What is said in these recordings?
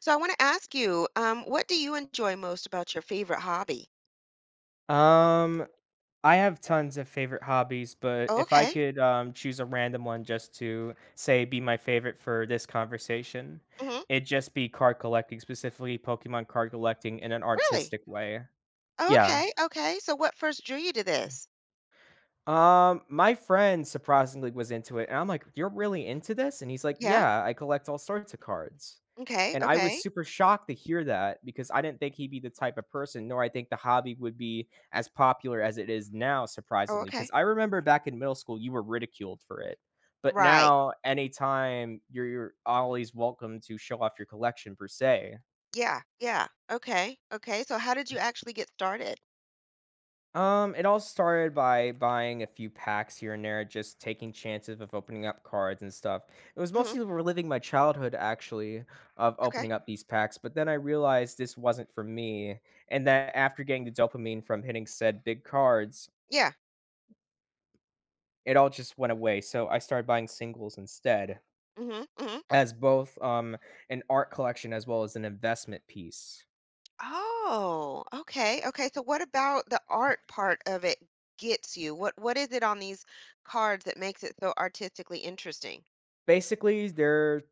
So I want to ask you, what do you enjoy most about your favorite hobby? Um, I have tons of favorite hobbies, but Oh, if I okay. could choose a random one just to say be my favorite for this conversation, Hmm. it'd just be card collecting, specifically Pokemon card collecting in an Really? artistic way. Oh, Yeah. okay. Okay. So what first drew you to this? My friend surprisingly was into it, and I'm like, "You're really into this?" And he's like, Yeah. "Yeah, I collect all sorts of cards." Okay. And I was Okay. super shocked to hear that because I didn't think he'd be the type of person, nor I think the hobby would be as popular as it is now, Oh, surprisingly. okay. Because I remember back in middle school, you were ridiculed for it. But Right. now, anytime you're always welcome to show off your collection per se. Yeah. Yeah. Okay. Okay. So how did you actually get started? It all started by buying a few packs here and there, just taking chances of opening up cards and stuff. It was Hmm. mostly reliving my childhood, actually, of Okay. opening up these packs. But then I realized this wasn't for me, and that after getting the dopamine from hitting said big cards, Yeah. it all just went away. So I started buying singles instead, Hmm. Hmm. as both an art collection as well as an investment piece. Oh, okay. Okay. So what about the art part of it gets you? What is it on these cards that makes it so artistically interesting? Basically, they're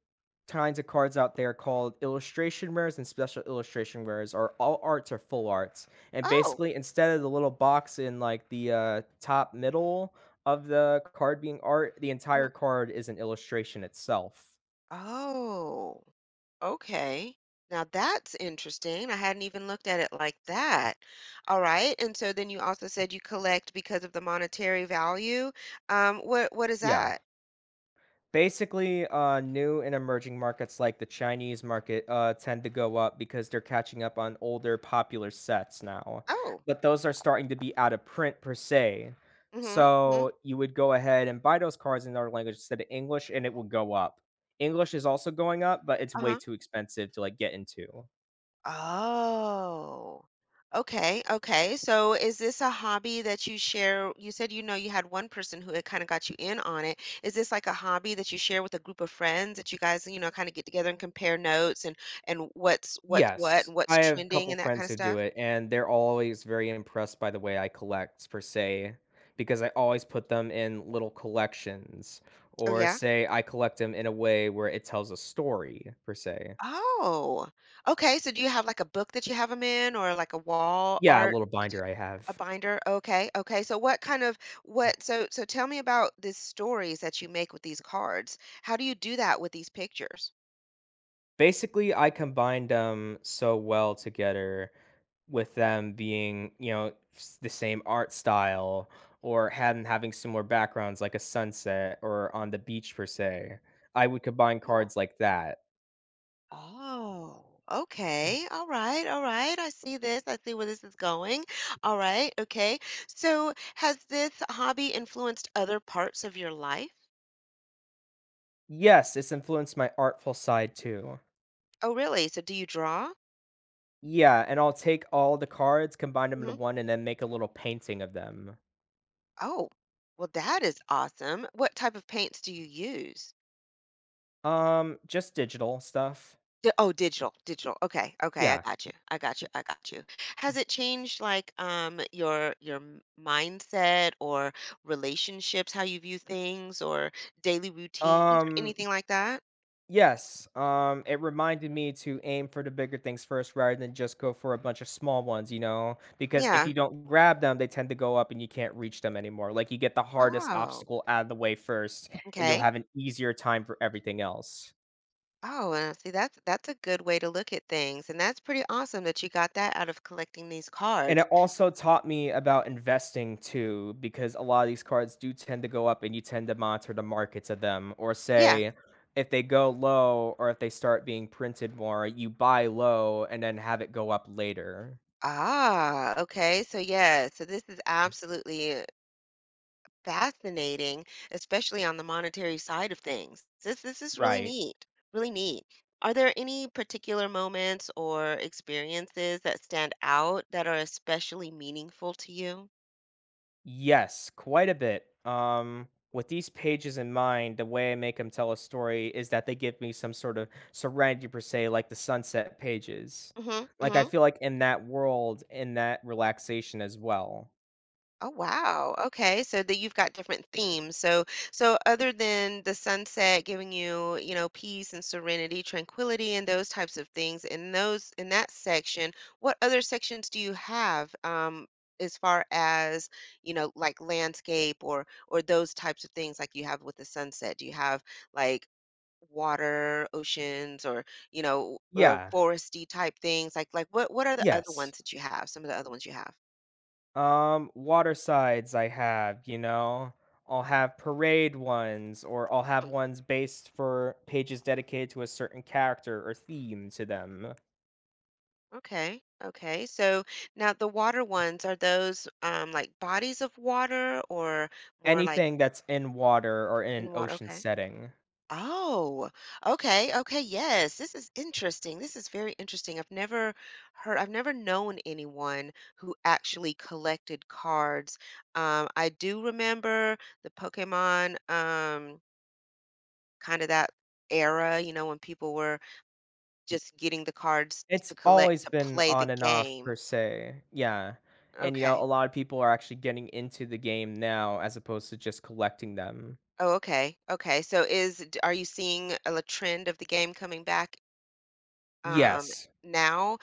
kinds of cards out there called illustration rares and special illustration rares or all arts or full arts, and Oh. basically instead of the little box in like the top middle of the card being art, the Mhm. entire card is an illustration itself. Oh. Okay. Now that's interesting. I hadn't even looked at it like that. All right. And so then you also said you collect because of the monetary value. What is Yeah. that? Basically, new and emerging markets like the Chinese market tend to go up because they're catching up on older popular sets now, Oh. but those are starting to be out of print per se. Mm-hmm. Hmm. So you would go ahead and buy those cards in another language instead of English, and it will go up. English is also going up, but it's way Uh-huh. too expensive to like get into. Oh. Okay, okay. So is this a hobby that you share? You said you know you had one person who had kind of got you in on it. Is this like a hobby that you share with a group of friends that you guys, you know, kind of get together and compare notes and Yes, what's I have a trending couple and that kind friends of who do stuff? it, and they're always very impressed by the way I collect per se, because I always put them in little collections, Oh, or yeah? say I collect them in a way where it tells a story per se. Oh, okay, so do you have, like, a book that you have them in or, like, a wall Yeah, a art little t binder I a have. binder? Okay, okay, so what kind of what so so tell me about these stories that you make with these cards. How do you do that with these pictures? Basically, I combined them so well together with them being, you know, the same art style or having similar backgrounds like a sunset or on the beach per se. I would combine Oh. cards like that. Oh, okay, alright, alright, I see where this is going. Alright, okay, so has this hobby influenced other parts of your life? Yes, it's influenced my artful side too. Oh, really? So do you draw? Yeah, and I'll take all the cards, combine them into Mhm. one, and then make a little painting of them. Oh, well, that is awesome. What type of paints do you use? Just digital stuff. Oh, digital. Okay, okay, I Yeah. got you. I got you. I got you. Has it changed like your mindset or relationships, how you view things, or daily routines or Um, anything like that? yes. It reminded me to aim for the bigger things first rather than just go for a bunch of small ones, Because if Yeah. you don't grab them, they tend to go up and you can't reach them anymore. Like you get the hardest Oh, obstacle out of the way first, and you'll okay. have an easier time for everything else. Oh, and see, that's a good way to look at things, and that's pretty awesome that you got that out of collecting these And cards. it also taught me about investing too, because a lot of these cards do tend to go up and you tend to monitor the markets of them, or Yeah. say if they go low or if they start being printed more, you buy low and then have it go up later. Ah, okay. So yeah, so this is absolutely fascinating, especially on the monetary side of things. This is really Right. neat, really neat. Are there any particular moments or experiences that stand out that are especially meaningful to you? Yes, quite a bit. With these pages in mind, the way I make them tell a story is that they give me some sort of serenity per se, like the sunset pages. Mhm. Like I Mhm. feel like in that world, in that relaxation as well. Oh, wow. Okay. So that you've got different themes. So other than the sunset giving you, you know, peace and serenity, tranquility and those types of things in that section, what other sections do you have as far as, you know, like landscape or those types of things like you have with the sunset? Do you have like water, oceans or, you know, Yeah. foresty type things? Like what are the other Yes. ones that you have? Some of the other ones you have? Water sides I have, I'll have parade ones, or I'll have ones based for pages dedicated to a certain character or theme to them. Okay. Okay. So now the water ones, are those like bodies of water or more like Anything that's in water or in in an water? ocean Okay. setting. Oh, okay. Okay. Yes. This is interesting. This is very interesting. I've never known anyone who actually collected cards. I do remember the Pokemon, kind of that era, you know, when people were just getting the cards to It's collect always to been play the on and off game. per se. Yeah. And you know, Okay. a lot of people are actually getting into the game now as opposed to just collecting them. Oh, okay, okay. So is d are you seeing a l trend of the game coming back, um, Yes. now?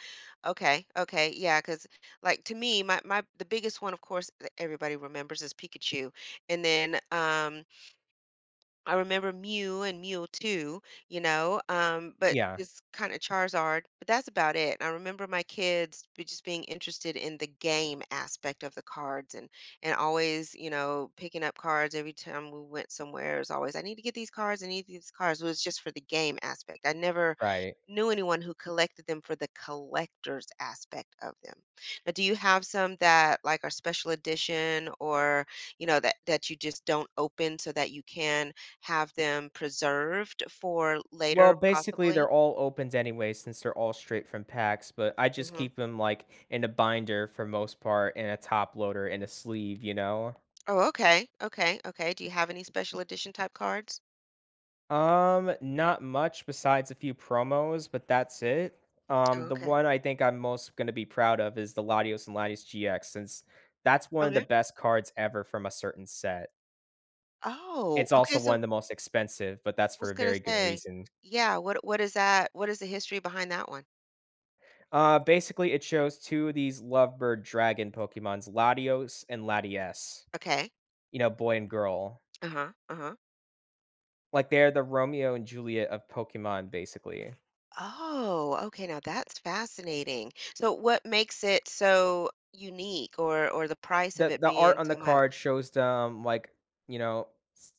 Okay, okay, yeah, 'cause, like, to me, my the biggest one, of course, that everybody remembers is Pikachu, and then, I remember Mew and Mule 2, you know, but Yeah. just kind of Charizard, but that's about it. I remember my kids be just being interested in the game aspect of the cards and always, you know, picking up cards every time we went somewhere. It was always, I need to get these cards, I need these cards. It was just for the game aspect. I never Right. knew anyone who collected them for the collector's aspect of them. Now, do you have some that like are special edition or, you know, that you just don't open so that you can have them preserved for Well, later basically, possibly? they're all opens anyway since they're all straight from packs, but I just Mhm. keep them like in a binder for most part and a top loader and a sleeve, Oh, okay, okay, okay. Do you have any special edition type cards? Not much besides a few promos, but that's it. Oh, The okay. one I think I'm most gonna be proud of is the Latios and Latios GX, since that's one of the Okay. best cards ever from a certain set. Oh, It's okay, also one so of the most expensive, but that's I for was a gonna very good say, reason. yeah, what is that? What is the history behind that one? Basically, it shows two of these lovebird dragon Pokemons, Latios and Latias. Okay. You know, boy and girl. Uh-huh, uh-huh. Like they're the Romeo and Juliet of Pokemon, basically. Oh, okay, now that's fascinating. So what makes it so unique or the price of The it the being art on the so much? card shows them like, you know, s-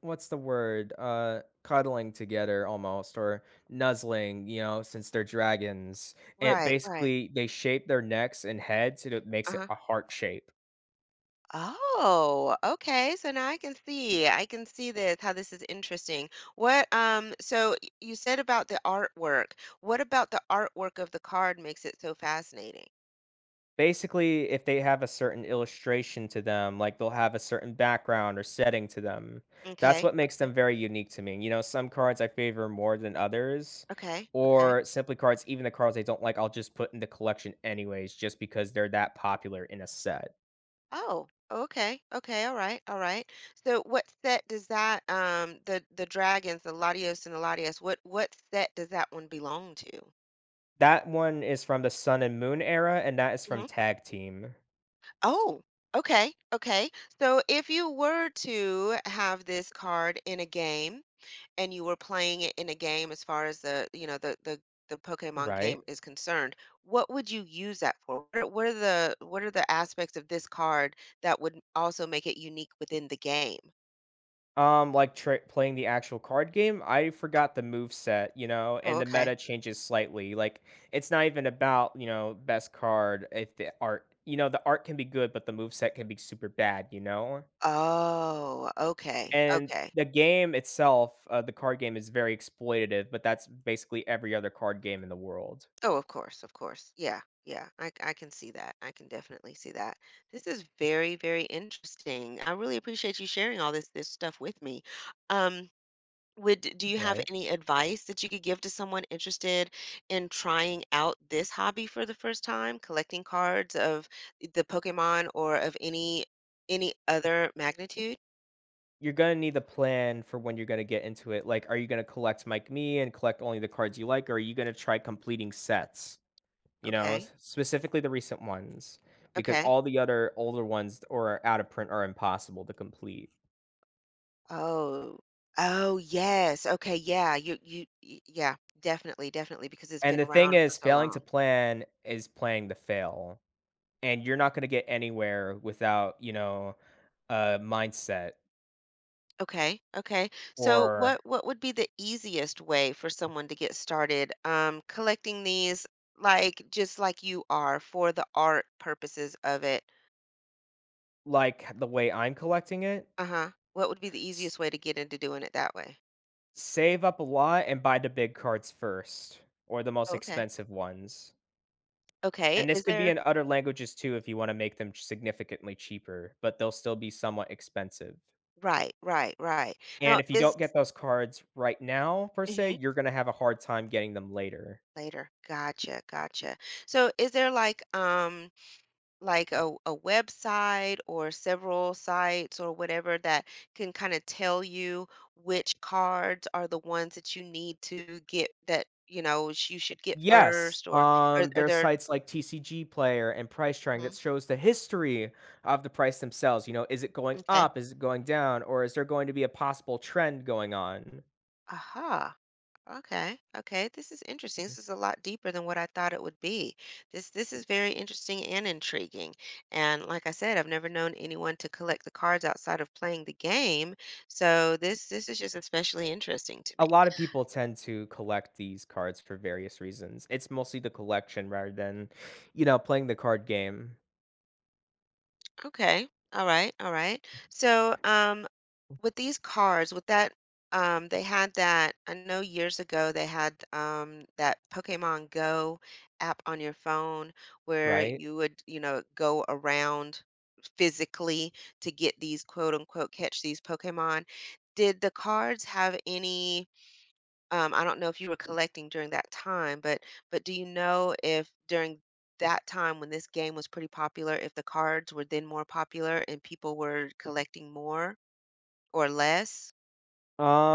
what's the word? Cuddling together almost, or nuzzling. You know, since they're dragons, it Right, right. basically they shape their necks and heads, and it makes it Uh-huh. a heart shape. Oh, okay. So now I can see. I can see this, how this is interesting. What, so you said about the artwork. What about the artwork of the card makes it so fascinating? Basically, if they have a certain illustration to them, like, they'll have a certain background or setting to them. That's Okay, what makes okay, them very unique to me. You know, some cards I favor more than others, okay, okay. or simply cards, even the cards I don't like, I'll just put in the collection anyways just because they're that popular in a set. Oh, okay, okay, all right, all right. So what set does that, the dragons, the Latios and the Latias, what set does that one belong to? That one is from the Sun and Moon era, and that is from Hmm. Tag Team, Oh, okay, okay. So if you were to have this card in a game, and you were playing it in a game as far as the, you know, the Pokemon right? game is concerned, what would you use that for? What are the aspects of this card that would also make it unique within the game? Like tra playing the actual card game, I forgot the move set, you know, Oh, and the okay. meta changes slightly. Like it's not even about, you know, best card if the art, you know, the art can be good, but the move set can be super bad, Oh, okay, And okay. the game itself, the card game is very exploitative, but that's basically every other card game in the world, Oh, of course, of course. Yeah, yeah. I can see that. I can definitely see that. This is very, very interesting. I really appreciate you sharing all this stuff with me. Um Would Do you have right? any advice that you could give to someone interested in trying out this hobby for the first time, collecting cards of the Pokemon or of any other magnitude? You're gonna need a plan for when you're gonna get into it. Like, are you gonna collect Mike Me and collect only the cards you like, or are you gonna try completing sets? You know, Okay. s specifically the recent ones, because Okay. all the other older ones or out of print are impossible to complete. Oh. Oh, yes. Okay, yeah. Yeah, definitely, definitely because it's And been the thing around for is, so failing to long. plan is planning to fail, and you're not gonna get anywhere without, you know, a mindset Okay, okay. So or, what would be the easiest way for someone to get started collecting these, like, just like you are for the art purposes of it? like, the way I'm collecting it, Uh-huh. What would be the s easiest way to get into doing it that way? save up a lot and buy the big cards first or the most Okay. expensive ones. Okay. And this Is could be there. in other languages too if you wanna make them significantly cheaper, but they'll still be somewhat expensive. Right, right, right. Now And if you is. don't get those cards right now per Mhm. se, you're gonna have a hard time getting them later. Later. Gotcha, gotcha. So is there like a website or several sites or whatever that can kind of tell you which cards are the ones that you need to get that you know you should get Yes, first or are there are there. sites like TCG Player and PriceTrack that Mhm. shows the history of the price themselves, you know, is it going Okay. up, is it going down, or is there going to be a possible trend going on? Aha. Okay, okay. This is interesting. This is a lot deeper than what I thought it would be. This is very interesting and intriguing, and like I said, I've never known anyone to collect the cards outside of playing the game. So this is just especially interesting to A me. lot of people tend to collect these cards for various reasons. It's mostly the collection rather than, you know, playing the card game. Okay. All right. All right. So, with these cards, with that, they had that. I know years ago they had that Pokemon Go app on your phone where Right? you would, you know, go around physically to get these quote unquote catch these Pokemon. Did the cards have any? I don't know if you were collecting during that time, but do you know if during that time when this game was pretty popular, if the cards were then more popular and people were collecting more or less,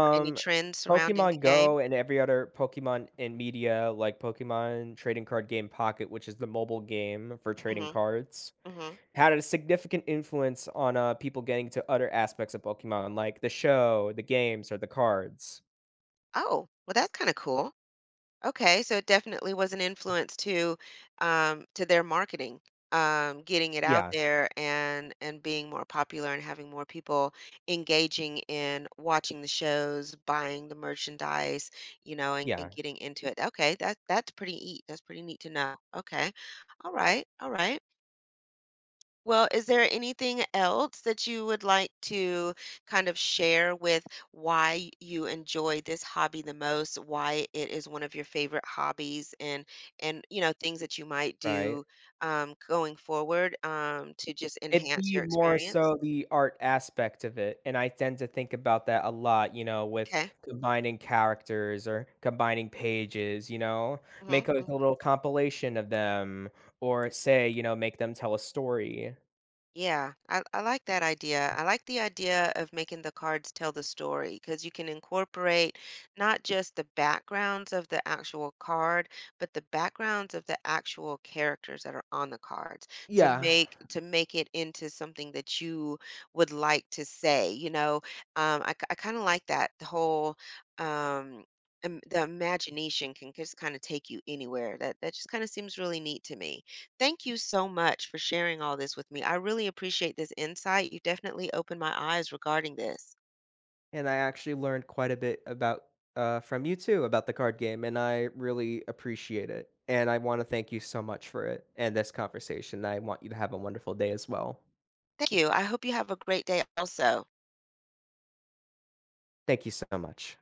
or any trends surrounding the Pokemon game? Go and every other Pokemon in media, like Pokemon Trading Card Game Pocket, which is the mobile game for trading Mhm, cards, mhm. had a significant influence on people getting to other aspects of Pokemon, like the show, the games, or the cards. Oh, well, that's kinda cool. Okay, so it definitely was an influence to their marketing, getting it out Yeah, there and being more popular and having more people engaging in watching the shows, buying the merchandise, you know, and yeah, getting into it. Okay, that's pretty neat. That's pretty neat to know. Okay, all right, all right. Well, is there anything else that you would like to kind of share with why you enjoy this hobby the most, why it is one of your favorite hobbies and things that you might right. do going forward to just It'd enhance be your more experience? so the art aspect of it, and I tend to think about that a lot, you know, with Okay. combining characters or combining pages, you know? Make, Hmm. like, a little compilation of them or say, you know, make them tell a story. Yeah, I like that idea. I like the idea of making the cards tell the story because you can incorporate not just the backgrounds of the actual card, but the backgrounds of the actual characters that are on the cards to Yeah, make it into something that you would like to say. You know, I kind of like that um, the imagination can just kind of take you anywhere. That just kind of seems really neat to me. Thank you so much for sharing all this with me. I really appreciate this insight. You definitely opened my eyes regarding this. and I actually learned quite a bit about from you too about the card game, and I really appreciate it, and I wanna thank you so much for it and this conversation. I want you to have a wonderful day as well. Thank you. I hope you have a great day also. Thank you so much.